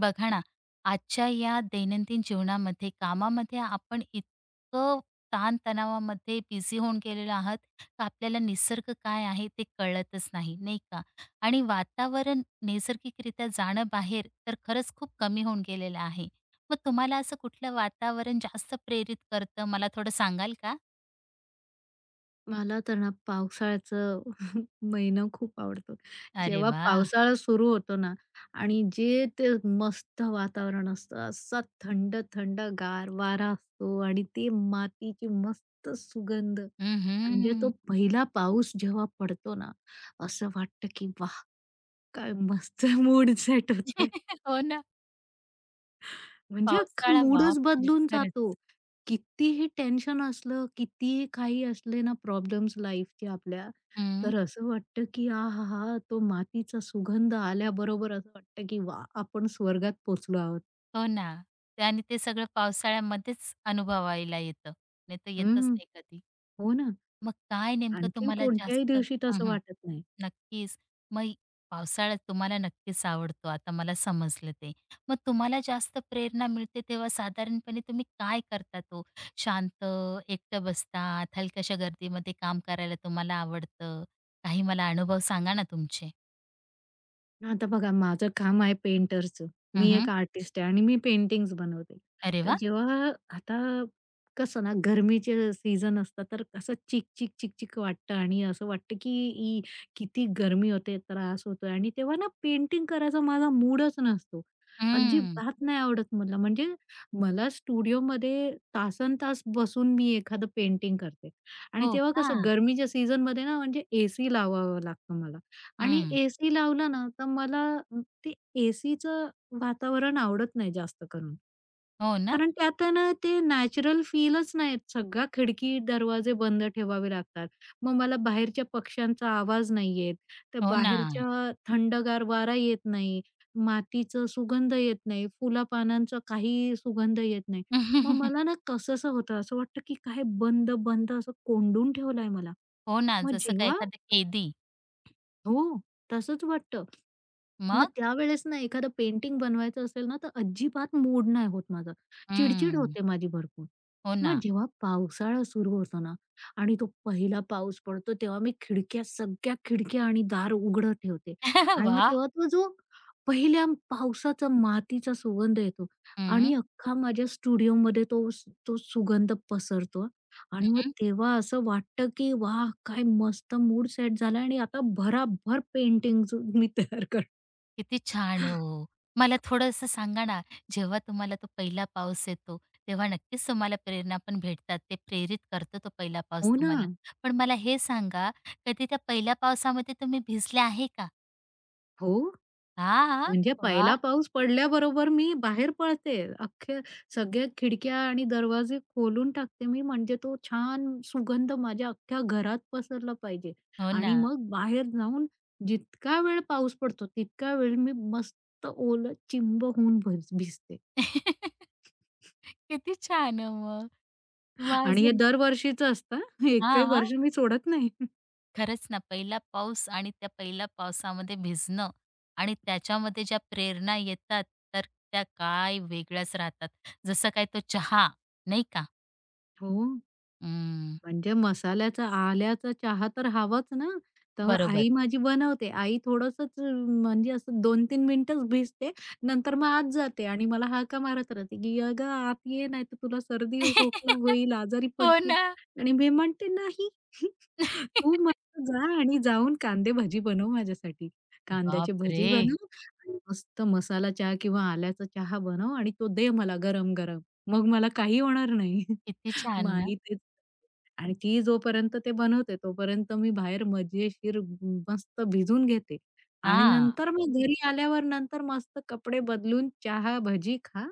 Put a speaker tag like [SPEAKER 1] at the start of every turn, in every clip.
[SPEAKER 1] बघा ना, आजच्या या दैनंदिन जीवनामध्ये, कामामध्ये आपण इतकं ताणतणावामध्ये बिझी होऊन गेलेलो आहात, का आपल्याला निसर्ग काय आहे ते कळतच नाही, नाही का? आणि वातावरण नैसर्गिकरित्या जाणं बाहेर तर खरंच खूप कमी होऊन गेलेलं आहे. मग तुम्हाला असं कुठलं वातावरण जास्त प्रेरित करतं, मला थोडं सांगाल का?
[SPEAKER 2] मला तर ना पावसाळ्याचं महिना खूप आवडतो.
[SPEAKER 1] अरे
[SPEAKER 2] जेव्हा
[SPEAKER 1] वाह!
[SPEAKER 2] पावसाळा सुरू होतो ना आणि जे ते मस्त वातावरण असतं, असा थंड-थंड गार वारा असतो आणि ते मातीची मस्त सुगंध. म्हणजे
[SPEAKER 1] हं.
[SPEAKER 2] तो पहिला पाऊस जेव्हा पडतो ना, असं वाटतं की वाह! काय मस्त मूड सेट होतोय.
[SPEAKER 1] हो ना.
[SPEAKER 2] म्हणजे अख्खा
[SPEAKER 1] पावसाळा,
[SPEAKER 2] मूडच
[SPEAKER 1] बापरे!
[SPEAKER 2] बदलून जातो.
[SPEAKER 1] खरंच.
[SPEAKER 2] कितीही टेन्शन असलं, कितीही काही असले ना प्रॉब्लेम्स लाईफचे आपल्या,
[SPEAKER 1] हं.
[SPEAKER 2] तर असं वाटतं की आहाहा! तो मातीचा सुगंध आल्याबरोबर असं वाटतं की वाह! आपण स्वर्गात पोहोचलो आहोत.
[SPEAKER 1] हो ना. ते आणि ते सगळं पावसाळ्यामध्येच अनुभवायला येतं. नाहीतर येतच
[SPEAKER 2] हं.
[SPEAKER 1] नाही कधी.
[SPEAKER 2] हो ना.
[SPEAKER 1] मग काय नेमकं
[SPEAKER 2] आणखीन
[SPEAKER 1] तुम्हाला
[SPEAKER 2] कोणत्याही
[SPEAKER 1] जास्त हं,
[SPEAKER 2] दिवशी तसं
[SPEAKER 1] हं.
[SPEAKER 2] वाटत नाही.
[SPEAKER 1] नक्कीच. मग पावसाळा तुम्हाला नक्कीच आवडतो. आता मला समजलं ते. मग तुम्हाला जास्त प्रेरणा मिळते तेव्हा साधारणपणे तुम्ही काय करतात ओ? शांत, एकटं बसतात, हलक्याशा गर्दीमध्ये काम करायला तुम्हाला आवडतं? काही मला अनुभव सांगा ना तुमचे?
[SPEAKER 2] आता बघा, माझं काम आहे पेंटरचं. मी
[SPEAKER 1] हं.
[SPEAKER 2] एक आर्टिस्ट आहे आणि मी पेंटिंग्स बनवते.
[SPEAKER 1] अरे
[SPEAKER 2] तर
[SPEAKER 1] वाह!
[SPEAKER 2] जेव्हा आता कसं ना, गरमीचे सीझन असतात, तर असं चिक-चिक, चिक-चिक वाटतं आणि असं वाटतं, की ई किती गरमी होते, त्रास होतोय आणि तेव्हा ना पेंटिंग करायचा माझा मूडच नसतो.
[SPEAKER 1] हं.
[SPEAKER 2] अजिबात नाही आवडत मला. म्हणजे मला स्टुडिओमध्ये तासनतास बसून मी एखादं पेंटिंग करते आणि
[SPEAKER 1] हो
[SPEAKER 2] तेव्हा
[SPEAKER 1] का?
[SPEAKER 2] कसं गरमीच्या सीझनमध्ये ना म्हणजे एसी लावावं लागतं मला. आणि
[SPEAKER 1] हं.
[SPEAKER 2] एसी लावला ना, तर मला अ, ते एसीचं वातावरण आवडत नाही जास्त करून.
[SPEAKER 1] हो ना?
[SPEAKER 2] कारण त्यात आहे ना, ते नॅचरल फीलच नाही येत. सगळ्या खिडकी, दरवाजे बंद ठेवावे लागतात. मग मला बाहेरच्या पक्ष्यांचा आवाज नाही येत. त्या
[SPEAKER 1] हो ना.
[SPEAKER 2] बाहेरच्या थंडगार वारा येत नाही. मातीचं सुगंध येत नाही. फुलापानांचा काही सुगंध येत नाही. मग मला ना कसंसं होतं, असं वाटतं की काय बंद, बंद असं कोंडून ठेवलंय मला.
[SPEAKER 1] हो ना,
[SPEAKER 2] मग
[SPEAKER 1] जसं का
[SPEAKER 2] जेव्हा
[SPEAKER 1] एखादं कैदी.
[SPEAKER 2] हो, तसंच वाटतं. मग
[SPEAKER 1] मग?
[SPEAKER 2] त्यावेळेस ना एखादं पेंटिंग बनवायचं असेल ना, तर अजिबात मूड नाही होत माझा. चिडचिड
[SPEAKER 1] हं.
[SPEAKER 2] होते माझी भरपूर.
[SPEAKER 1] हो ना.
[SPEAKER 2] मग जेव्हा पावसाळा सुरू होतो ना आणि तो पहिला पाऊस पडतो, तेव्हा मी सगळ्या खिडक्या आणि दार उघडं ठेवते आणि मग
[SPEAKER 1] वाह!
[SPEAKER 2] तेव्हा तो जो पहिल्या पावसाचा मातीचा सुगंध येतो
[SPEAKER 1] हं,
[SPEAKER 2] आणि अख्खा माझ्या स्टुडिओमध्ये तो सुगंध पसरतो आणि मग
[SPEAKER 1] हं.
[SPEAKER 2] तेव्हा असं वाटतं, की वाह! काय मस्त मूड सेट झाला आणि आता भराभर पेंटिंग्स मी तयार.
[SPEAKER 1] किती छान हो. मला थोडंसं सांगा ना, जेव्हा तुम्हाला तो पहिला पाऊस येतो, तेव्हा नक्कीच तुम्हाला प्रेरणा पण भेटतात. ते प्रेरित करतो तो पहिला पाऊस
[SPEAKER 2] हो ना.
[SPEAKER 1] तुम्हाला. पण मला हे सांगा, कधी त्या पहिल्या पावसामध्ये तुम्ही भिजले आहे का?
[SPEAKER 2] हो.
[SPEAKER 1] हां.
[SPEAKER 2] म्हणजे
[SPEAKER 1] वाह!
[SPEAKER 2] पहिला पाऊस पडल्याबरोबर मी बाहेर पळते. अख्ख्या सगळ्या खिडक्या आणि दरवाजे खोलून टाकते मी, म्हणजे तो छान सुगंध माझ्या अख्ख्या घरात पसरला पाहिजे.
[SPEAKER 1] हो ना.
[SPEAKER 2] आणि मग बाहेर जाऊन जितका वेळ पाऊस पडतो, तितका वेळ मी मस्त ओलं चिंब होऊन भिजते.
[SPEAKER 1] किती छान हो मग. मग
[SPEAKER 2] आणि हे
[SPEAKER 1] अजून
[SPEAKER 2] दरवर्षीचं असतं. एकही
[SPEAKER 1] हां.
[SPEAKER 2] वर्ष मी सोडत नाही.
[SPEAKER 1] खरंच ना, पहिला पाऊस आणि त्या पहिल्या पावसामध्ये भिजणं आणि त्याच्यामध्ये ज्या प्रेरणा येतात, तर त्या काय वेगळ्याच राहतात. जसं काय तो चहा, नाही का?
[SPEAKER 2] हो.
[SPEAKER 1] अं,
[SPEAKER 2] म्हणजे मसाल्याचा आल्याचा चहा तर हवाच ना. तर
[SPEAKER 1] बरोबर.
[SPEAKER 2] आई माझी बनवते. आई थोडंसंच म्हणजे असं 2-3 मिनिटंच भिजते. नंतर मग आत जाते आणि मला हाका मारत राहते, की "अगं आत ये, नाहीतर तुला सर्दी खोकला होईल, आजारी
[SPEAKER 1] हो
[SPEAKER 2] पडशील."
[SPEAKER 1] ना.
[SPEAKER 2] आणि मी म्हणते, "नाही, तू मस्त जा आणि जाऊन कांदे भजी बनव माझ्यासाठी. कांद्याची भजी
[SPEAKER 1] बापरे!
[SPEAKER 2] बनव आणि मस्त मसाला चहा किंवा आल्याचा चहा बनव आणि तो दे मला गरम-गरम. मग मला काही होणार नाही."
[SPEAKER 1] किती छान
[SPEAKER 2] मग
[SPEAKER 1] ना?
[SPEAKER 2] आणि ती जोपर्यंत ते बनवते, तोपर्यंत मी बाहेर मजेशीर मस्त भिजून घेते आणि
[SPEAKER 1] हां.
[SPEAKER 2] नंतर मग घरी आल्यावर नंतर मस्त कपडे बदलून चहा, भजी खा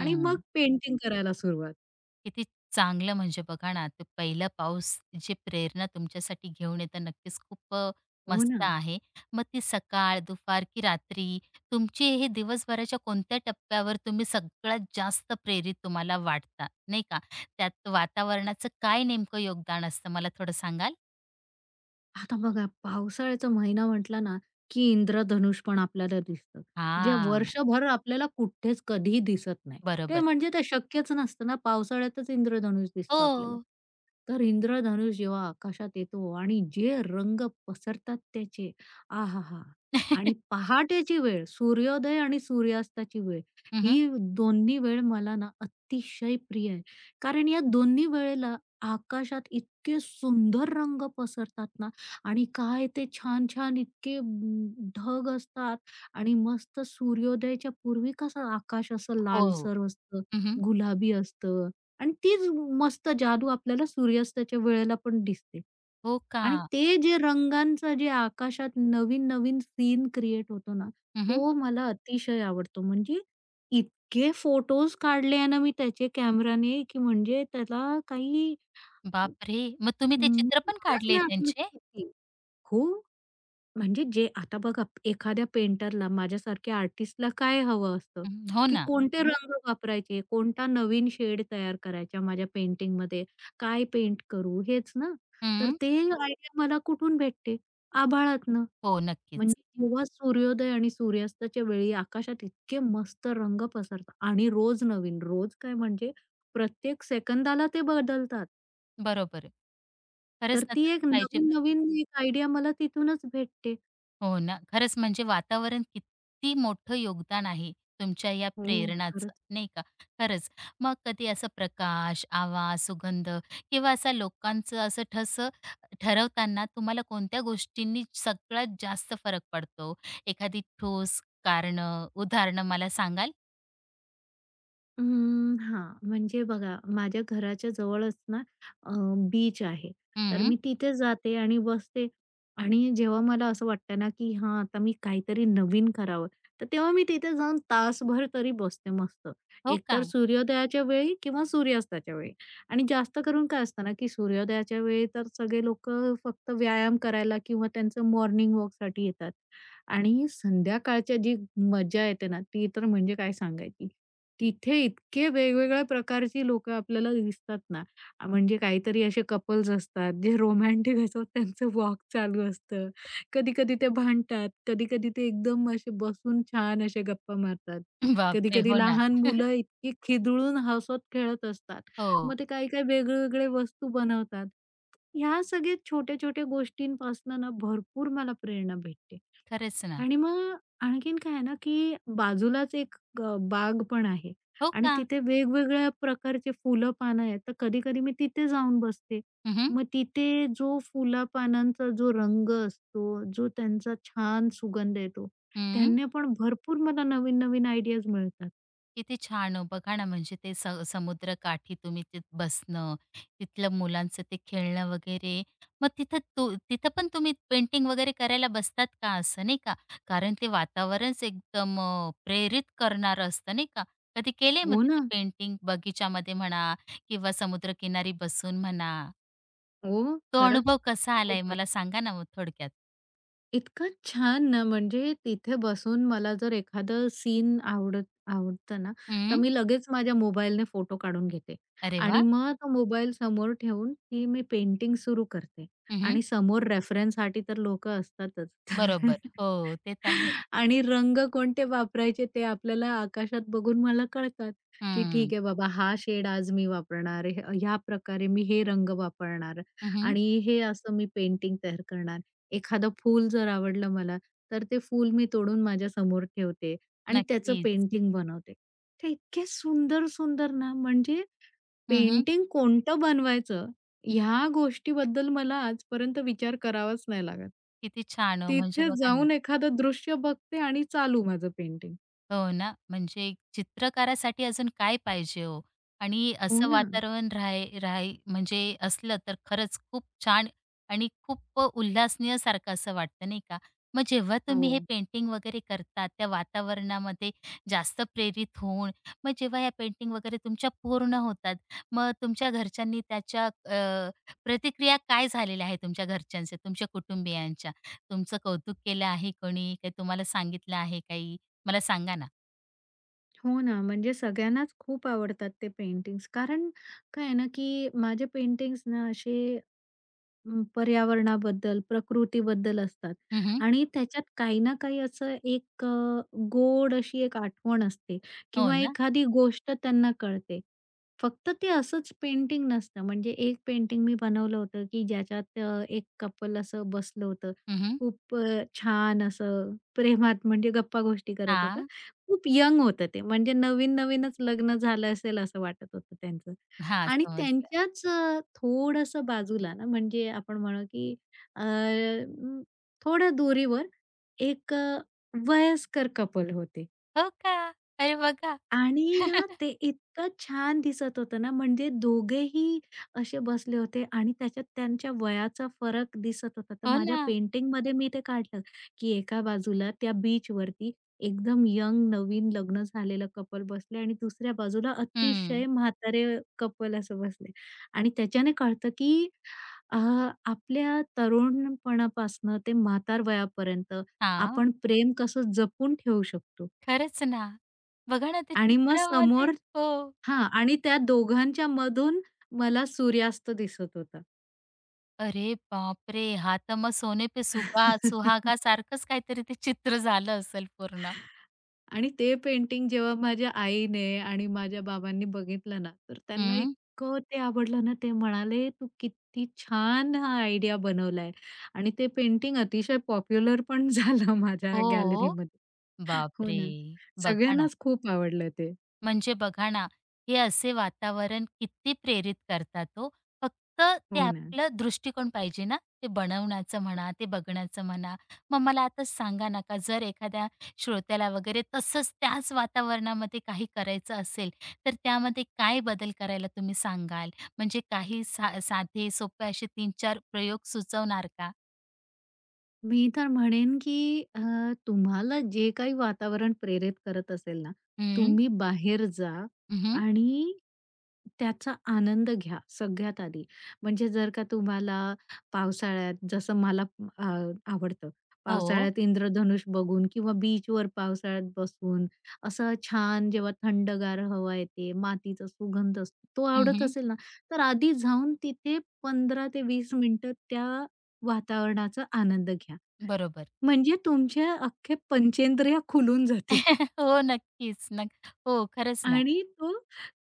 [SPEAKER 2] आणि मग पेंटिंग करायला सुरुवात.
[SPEAKER 1] किती चांगलं म्हणजे बघा ना, ते पहिलं पाऊस जी प्रेरणा तुमच्यासाठी घेऊन येतं नक्कीच खूप
[SPEAKER 2] हो ना.
[SPEAKER 1] मस्त आहे. मग ती सकाळ, दुपार की रात्री तुमचे हे दिवसभराच्या कोणत्या टप्प्यावर तुम्ही सगळ्यात जास्त प्रेरित तुम्हाला वाटता, नाही का? त्यात वातावरणाचं काय नेमकं योगदान असतं मला थोडं सांगाल?
[SPEAKER 2] आता बघा पावसाळ्याचा महिना म्हटला ना, की इंद्रधनुष पण आपल्याला दिसतं. जे
[SPEAKER 1] हां,
[SPEAKER 2] वर्षभर आपल्याला कुठेच कधीही दिसत नाही. ते
[SPEAKER 1] बरोबर.
[SPEAKER 2] म्हणजे ते शक्यच नसतं ना, पावसाळ्यातच इंद्रधनुष दिसतं आपल्याला.
[SPEAKER 1] हो.
[SPEAKER 2] तर इंद्रधनुष जेव्हा आकाशात येतो आणि जे रंग पसरतात त्याचे, आहाहा! आणि पहाटेची वेळ, सूर्योदय आणि सूर्यास्ताची वेळ,
[SPEAKER 1] हं,
[SPEAKER 2] ही दोन्ही वेळ मला ना अतिशय प्रिय आहे. कारण या दोन्ही वेळेला आकाशात इतके सुंदर रंग पसरतात ना, आणि काय ते छान-छान इतके ढग असतात आणि मस्त सूर्योदयाच्या पूर्वी कसं आकाश असं
[SPEAKER 1] हो, हो.
[SPEAKER 2] लालसर असतं, गुलाबी असतं आणि तीच मस्त जादू आपल्याला सूर्यास्ताच्या वेळेला पण दिसते.
[SPEAKER 1] हो का?
[SPEAKER 2] आणि ते जे रंगांचं जे आकाशात नवीन-नवीन सीन क्रिएट होतो ना,
[SPEAKER 1] हं.
[SPEAKER 2] तो मला अतिशय आवडतो. म्हणजे इतके फोटोज काढले आहे ना मी त्याचे कॅमेराने, की म्हणजे त्याला काही
[SPEAKER 1] बापरे! मग तुम्ही
[SPEAKER 2] अं,
[SPEAKER 1] ते चित्र पण
[SPEAKER 2] मलाच
[SPEAKER 1] काढले
[SPEAKER 2] नाही आठवण की
[SPEAKER 1] त्यांचे?
[SPEAKER 2] किती. खूप म्हणजे जे आता बघा एखाद्या पेंटरला, माझ्यासारख्या आर्टिस्टला काय हवं असतं,
[SPEAKER 1] हं, हो
[SPEAKER 2] की
[SPEAKER 1] ना.
[SPEAKER 2] कोणते रंग वापरायचे, कोणता नवीन शेड तयार करायचा माझ्या पेंटिंगमध्ये, काय पेंट करू हेच ना. तर ते हो. आयडिया मला कुठून भेटते? आभाळातनं.
[SPEAKER 1] हो, नक्कीच.
[SPEAKER 2] म्हणजे जेव्हा सूर्योदय आणि सूर्यास्ताच्या वेळी आकाशात इतके मस्त रंग पसरतात आणि रोज नवीन, रोज काय म्हणजे प्रत्येक सेकंदाला ते बदलतात.
[SPEAKER 1] बरोबर आहे.
[SPEAKER 2] तर
[SPEAKER 1] खरंच ना
[SPEAKER 2] ती
[SPEAKER 1] तसं
[SPEAKER 2] एक
[SPEAKER 1] पाहिजे पण.
[SPEAKER 2] नवीन-नवीन एक आयडिया मला तिथूनच भेटते.
[SPEAKER 1] हो ना. खरंच म्हणजे वातावरण किती मोठं योगदान आहे तुमच्या या
[SPEAKER 2] हो,
[SPEAKER 1] प्रेरणाचं,
[SPEAKER 2] खरंच.
[SPEAKER 1] नाही का? खरंच. मग कधी असा प्रकाश, आवाज, सुगंध किंवा असा लोकांचं असं ठस ठरवताना तुम्हाला कोणत्या गोष्टींनी सगळ्यात जास्त फरक पडतो? एखादी ठोस कारणं, उदाहरणं मला सांगाल?
[SPEAKER 2] हां, म्हणजे बघा माझ्या घराच्या जवळच ना बीच आहे. तर
[SPEAKER 1] हं.
[SPEAKER 2] मी तिथे जाते आणि बसते आणि जेव्हा मला असं वाटतं ना, की हां, आता मी काहीतरी नवीन करावं, तर तेव्हा मी तिथे जाऊन तासभर तरी बसते मस्त.
[SPEAKER 1] हो का?
[SPEAKER 2] एकतर सूर्योदयाच्या वेळी किंवा सूर्यास्ताच्या वेळी आणि जास्त करून काय असतं ना, की सूर्योदयाच्या वेळी तर सगळे लोकं फक्त व्यायाम करायला किंवा त्यांचं मॉर्निंग वॉकसाठी येतात आणि संध्याकाळच्या जी मजा येते ना, ती तर म्हणजे काय सांगायची. तिथे इतके वेगवेगळ्या प्रकारची लोकं आपल्याला दिसतात ना, म्हणजे काहीतरी असे कपल्स असतात, जे रोमॅन्टिक असतात त्यांचं वॉक चालू असतं. कधी-कधी ते भांडतात, कधी-कधी ते एकदम असे बसून छान असे गप्पा मारतात.
[SPEAKER 1] बापरे!
[SPEAKER 2] कधी-कधी
[SPEAKER 1] हो ना.
[SPEAKER 2] लहान मुलं इतकी खिदळून हसत-खेळत असतात.
[SPEAKER 1] हो.
[SPEAKER 2] मग ते काही-काही वेगळे वस्तू बनवतात. ह्या सगळ्या छोट्या-छोट्या गोष्टींपासनं ना भरपूर मला प्रेरणा भेटते.
[SPEAKER 1] खरंच ना.
[SPEAKER 2] आणि मग आणखीन काय आहे ना, की बाजूलाच एक बाग पण आहे
[SPEAKER 1] हो
[SPEAKER 2] आणि
[SPEAKER 1] का?
[SPEAKER 2] तिथे वेगवेगळ्या प्रकारचे फुलं-पानं आहेत. तर कधी-कधी मी तिथे जाऊन बसते.
[SPEAKER 1] हं.
[SPEAKER 2] मग तिथे जो फुला-पानांचा जो रंग असतो, जो त्यांचा छान सुगंध येतो,
[SPEAKER 1] हं.
[SPEAKER 2] त्याने पण भरपूर मला नवीन-नवीन आयडियाज मिळतात.
[SPEAKER 1] किती छान हो. बघा ना, म्हणजे ते समुद्र काठी तुम्ही तिथ बसणं, तिथलं मुलांचं ते खेळणं वगैरे. मग तिथं तिथं पण तुम्ही पेंटिंग वगैरे करायला बसतात का असं नाही का? कारण ते वातावरणच एकदम प्रेरित करणारं असतं नाही का? कधी केलंय मग
[SPEAKER 2] हो
[SPEAKER 1] तिथं
[SPEAKER 2] ना.
[SPEAKER 1] पेंटिंग बगीच्यामध्ये म्हणा किंवा समुद्रकिनारी बसून म्हणा?
[SPEAKER 2] हो,
[SPEAKER 1] तो
[SPEAKER 2] खरंच.
[SPEAKER 1] अनुभव कसा आलाय
[SPEAKER 2] खूप
[SPEAKER 1] मला सांगा ना मग थोडक्यात?
[SPEAKER 2] इतकं छान ना, म्हणजे तिथे बसून मला जर एखादं सीन आवडतं ना, तर
[SPEAKER 1] हं.
[SPEAKER 2] मी लगेच माझ्या मोबाईलने फोटो काढून घेते
[SPEAKER 1] अरे वाह!
[SPEAKER 2] आणि मग तो मोबाईल समोर ठेवून ती मी पेंटिंग सुरू करते
[SPEAKER 1] हं.
[SPEAKER 2] आणि समोर रेफरन्ससाठी तर लोकं असतातच.
[SPEAKER 1] बरोबर. हो, ते तर आहे.
[SPEAKER 2] आणि रंग कोणते वापरायचे ते आपल्याला आकाशात बघून मला कळतात, की ठीक आहे बाबा हा शेड आज मी वापरणार, ह्या प्रकारे मी हे रंग वापरणार
[SPEAKER 1] हं.
[SPEAKER 2] आणि हे असं मी पेंटिंग तयार करणार. एखादं फूल जर आवडलं मला, तर ते फूल मी तोडून माझ्यासमोर ठेवते आणि त्याचं
[SPEAKER 1] नक्कीच.
[SPEAKER 2] पेंटिंग बनवते. ते इतके सुंदर-सुंदर ना, म्हणजे
[SPEAKER 1] हं.
[SPEAKER 2] पेंटिंग कोणतं बनवायचं, ह्या गोष्टीबद्दल मला आजपर्यंत विचार करावाच नाही लागत.
[SPEAKER 1] किती छान हो. म्हणजे
[SPEAKER 2] तिथे
[SPEAKER 1] बघा ना,
[SPEAKER 2] जाऊन एखादं दृश्य बघते आणि चालू माझं पेंटिंग.
[SPEAKER 1] हो ना, म्हणजे चित्रकारासाठी अजून काय पाहिजे हो? आणि
[SPEAKER 2] हो
[SPEAKER 1] असं
[SPEAKER 2] ना.
[SPEAKER 1] वातावरण राही म्हणजे असलं तर खरंच खूप छान आणि खूप उल्हासनीयसारखं असं वाटतं नाही का? मग जेव्हा
[SPEAKER 2] हो.
[SPEAKER 1] तुम्ही हे पेंटिंग वगैरे करता त्या वातावरणामध्ये जास्त प्रेरित होऊन, मग जेव्हा या पेंटिंग वगैरे तुमच्या पूर्ण होतात, मग तुमच्या घरच्यांनी त्याच्या प्रतिक्रिया काय झालेल्या आहे तुमच्या घरच्यांच्या, तुमच्या कुटुंबियांच्या? तुमचं कौतुक केलं आहे कोणी? काही तुम्हाला सांगितलं आहे काही? मला सांगा ना?
[SPEAKER 2] हो ना, म्हणजे सगळ्यांनाच खूप आवडतात ते पेंटिंग्स. कारण काय आहे ना, की माझे पेंटिंग्स ना असे पर्यावरणाबद्दल, प्रकृतीबद्दल असतात
[SPEAKER 1] हं,
[SPEAKER 2] आणि त्याच्यात काही ना काही असं एक गोड अशी एक आठवण असते
[SPEAKER 1] हो
[SPEAKER 2] किंवा
[SPEAKER 1] ना?
[SPEAKER 2] एखादी गोष्ट त्यांना कळते. फक्त ते असंच पेंटिंग नसतं. म्हणजे एक पेंटिंग मी बनवलं होतं, की ज्याच्यात एक कपल असं बसलं होतं.
[SPEAKER 1] हं.
[SPEAKER 2] खूप छान असं प्रेमात म्हणजे गप्पा-गोष्टी करत होतं.
[SPEAKER 1] हां.
[SPEAKER 2] खूप यंग होतं ते. म्हणजे नवीन-नवीनच लग्न झालं असेल असं वाटत होतं त्यांचं. आणि
[SPEAKER 1] समजलं.
[SPEAKER 2] त्यांच्याच थोडंसं बाजूला ना, म्हणजे आपण म्हणू की अ, म, थोड्या दुरीवर एक वयस्कर कपल होते.
[SPEAKER 1] हो का? अरे बघा.
[SPEAKER 2] आणि ना ते इतकं छान दिसत होतं ना, म्हणजे दोघेही असे बसले होते आणि त्याच्यात त्यांच्या वयाचा फरक दिसत होता. तर
[SPEAKER 1] हो
[SPEAKER 2] माझ्या
[SPEAKER 1] ना.
[SPEAKER 2] पेंटिंगमध्ये मी ते काढलं, की एका बाजूला त्या बीच वरती एकदम यंग नवीन लग्न झालेलं कपल बसले आणि दुसऱ्या बाजूला
[SPEAKER 1] हं.
[SPEAKER 2] अतिशय म्हातारे कपल असं बसले आणि त्याच्याने कळतं, की अ, आपल्या तरुणपणापासनं ते म्हातार वयापर्यंत
[SPEAKER 1] हां.
[SPEAKER 2] आपण प्रेम कसं जपून ठेवू शकतो.
[SPEAKER 1] खरंच ना. बघा ना, त्या
[SPEAKER 2] आणि मग
[SPEAKER 1] चित्रामध्ये
[SPEAKER 2] समोर
[SPEAKER 1] हो.
[SPEAKER 2] हां. आणि त्या दोघांच्या मधून मला सूर्यास्त दिसत होता.
[SPEAKER 1] अरे बापरे! हा तर मग सोने पे सुहागा सारखंच काहीतरी ते चित्र झालं असेल पूर्ण.
[SPEAKER 2] आणि ते पेंटिंग जेव्हा माझ्या आईने आणि माझ्या बाबांनी बघितलं ना, तर त्यांना
[SPEAKER 1] हं.
[SPEAKER 2] इतकं ते आवडलं ना, ते म्हणाले, "तू किती छान हा आयडिया बनवलाय." आणि ते पेंटिंग अतिशय पॉप्युलर पण झालं माझ्या
[SPEAKER 1] हो.
[SPEAKER 2] गॅलरीमध्ये. हो
[SPEAKER 1] बापरे!
[SPEAKER 2] ना.
[SPEAKER 1] बघा ना.
[SPEAKER 2] सगळ्यांनाच खूप आवडलं ते.
[SPEAKER 1] म्हणजे बघा ना, हे असे वातावरण किती प्रेरित करतात तो, फक्त ते
[SPEAKER 2] हो ना.
[SPEAKER 1] आपलं दृष्टिकोन पाहिजे ना, ते बनवण्याचं म्हणा, ते बघण्याचं म्हणा. मग मला आता सांगा ना, का जर एखाद्या श्रोत्याला वगैरे तसंच त्याच वातावरणामध्ये काही करायचं असेल, तर त्यामध्ये काय बदल करायला तुम्ही सांगाल? म्हणजे काही साधे, सोपे असे 3-4 प्रयोग सुचवणार का?
[SPEAKER 2] मी तर म्हणेन, की तुम्हाला जे काही वातावरण प्रेरित करत असेल ना,
[SPEAKER 1] हं,
[SPEAKER 2] तुम्ही बाहेर जा
[SPEAKER 1] हं.
[SPEAKER 2] आणि त्याचा आनंद घ्या सगळ्यात आधी. म्हणजे जर का तुम्हाला पावसाळ्यात जसं मला अ, आवडतं.
[SPEAKER 1] हो.
[SPEAKER 2] पावसाळ्यात इंद्रधनुष बघून किंवा बीचवर पावसाळ्यात बसून असं छान जेव्हा थंडगार हवा येते, मातीचा सुगंध असतो, तो आवडत
[SPEAKER 1] हं,
[SPEAKER 2] असेल ना, तर आधी जाऊन तिथे 15 ते 20 मिनिटं त्या वातावरणाचा आनंद घ्या.
[SPEAKER 1] बरोबर.
[SPEAKER 2] म्हणजे तुमचे अख्खे पंचेंद्रिय खुलून जातील
[SPEAKER 1] हो, नक्कीच. हो, खरंच ना.
[SPEAKER 2] आणि तो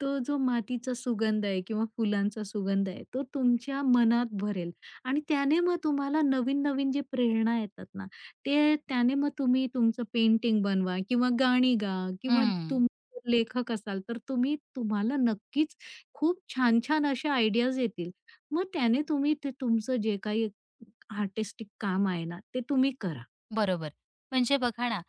[SPEAKER 2] तो जो मातीचा सुगंध आहे किंवा फुलांचा सुगंध आहे, तो तुमच्या मनात भरेल आणि त्याने मग तुम्हाला नवीन-नवीन जे प्रेरणा येतात ना, ते त्याने मग तुम्ही तुमचं पेंटिंग बनवा किंवा गाणी गा किंवा
[SPEAKER 1] हं.
[SPEAKER 2] तुम्ही जर लेखक असाल, तर तुम्ही तुम्हाला नक्कीच खूप छान-छान अशा आयडियाज येतील. मग त्याने तुम्ही ते तुमचं जे काही आर्टिस्टिक काम आहे ना, ते तुम्ही करा.
[SPEAKER 1] बरोबर. म्हणजे बघा ना,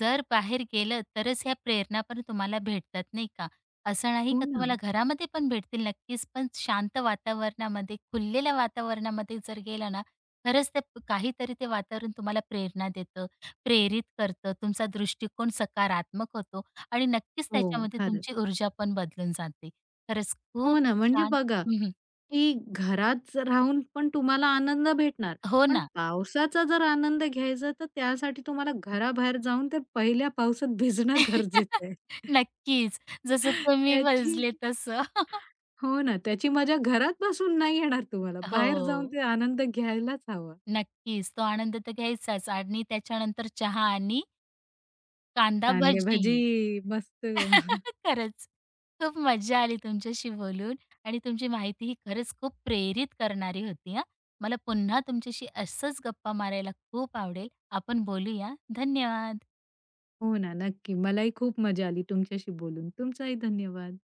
[SPEAKER 1] जर बाहेर गेलं तरच ह्या प्रेरणा पण तुम्हाला भेटतात नाही का? असं नाही
[SPEAKER 2] हो
[SPEAKER 1] का
[SPEAKER 2] ना.
[SPEAKER 1] तुम्हाला घरामध्ये पण भेटतील नक्कीच, पण शांत वातावरणामध्ये, खुललेल्या वातावरणामध्ये जर गेला ना, खरंच ते काहीतरी ते वातावरण तुम्हाला प्रेरणा देतं, प्रेरित करतं, तुमचा दृष्टिकोन सकारात्मक होतो आणि नक्कीच
[SPEAKER 2] हो,
[SPEAKER 1] त्याच्यामध्ये
[SPEAKER 2] खरंच.
[SPEAKER 1] तुमची ऊर्जा पण बदलून जाते. खरंच खूप
[SPEAKER 2] हो ना, म्हणजे
[SPEAKER 1] छान.
[SPEAKER 2] बघा,
[SPEAKER 1] हं,
[SPEAKER 2] की घरात राहून पण तुम्हाला आनंद भेटणार.
[SPEAKER 1] हो
[SPEAKER 2] पण
[SPEAKER 1] ना.
[SPEAKER 2] पावसाचा जर आनंद घ्यायचा तर त्यासाठी तुम्हाला घराबाहेर जाऊन ते पहिल्या पावसात भिजणं गरजेचं आहे.
[SPEAKER 1] नक्कीच. जसं तुम्ही
[SPEAKER 2] त्याची
[SPEAKER 1] भजले तसं.
[SPEAKER 2] हो ना, त्याची मजा घरात बसून नाही येणार तुम्हाला. बाहेर जाऊन
[SPEAKER 1] हो,
[SPEAKER 2] ते आनंद घ्यायलाच हवा.
[SPEAKER 1] नक्कीच. तो आनंद तर घ्यायचाच आणि त्याच्यानंतर चहा आणि कांदा भजी.
[SPEAKER 2] कांदेभाजी मस्त
[SPEAKER 1] खरंच खूप मज्जा आली तुमच्याशी बोलून आणि तुमची माहिती ही खरंच खूप प्रेरित करणारी होती हां. मला पुन्हा तुमच्याशी असंच गप्पा मारायला खूप आवडेल. आपण बोलूया. धन्यवाद.
[SPEAKER 2] हो ना, नक्की. मलाही खूप मजा आली तुमच्याशी बोलून. तुमचाही धन्यवाद.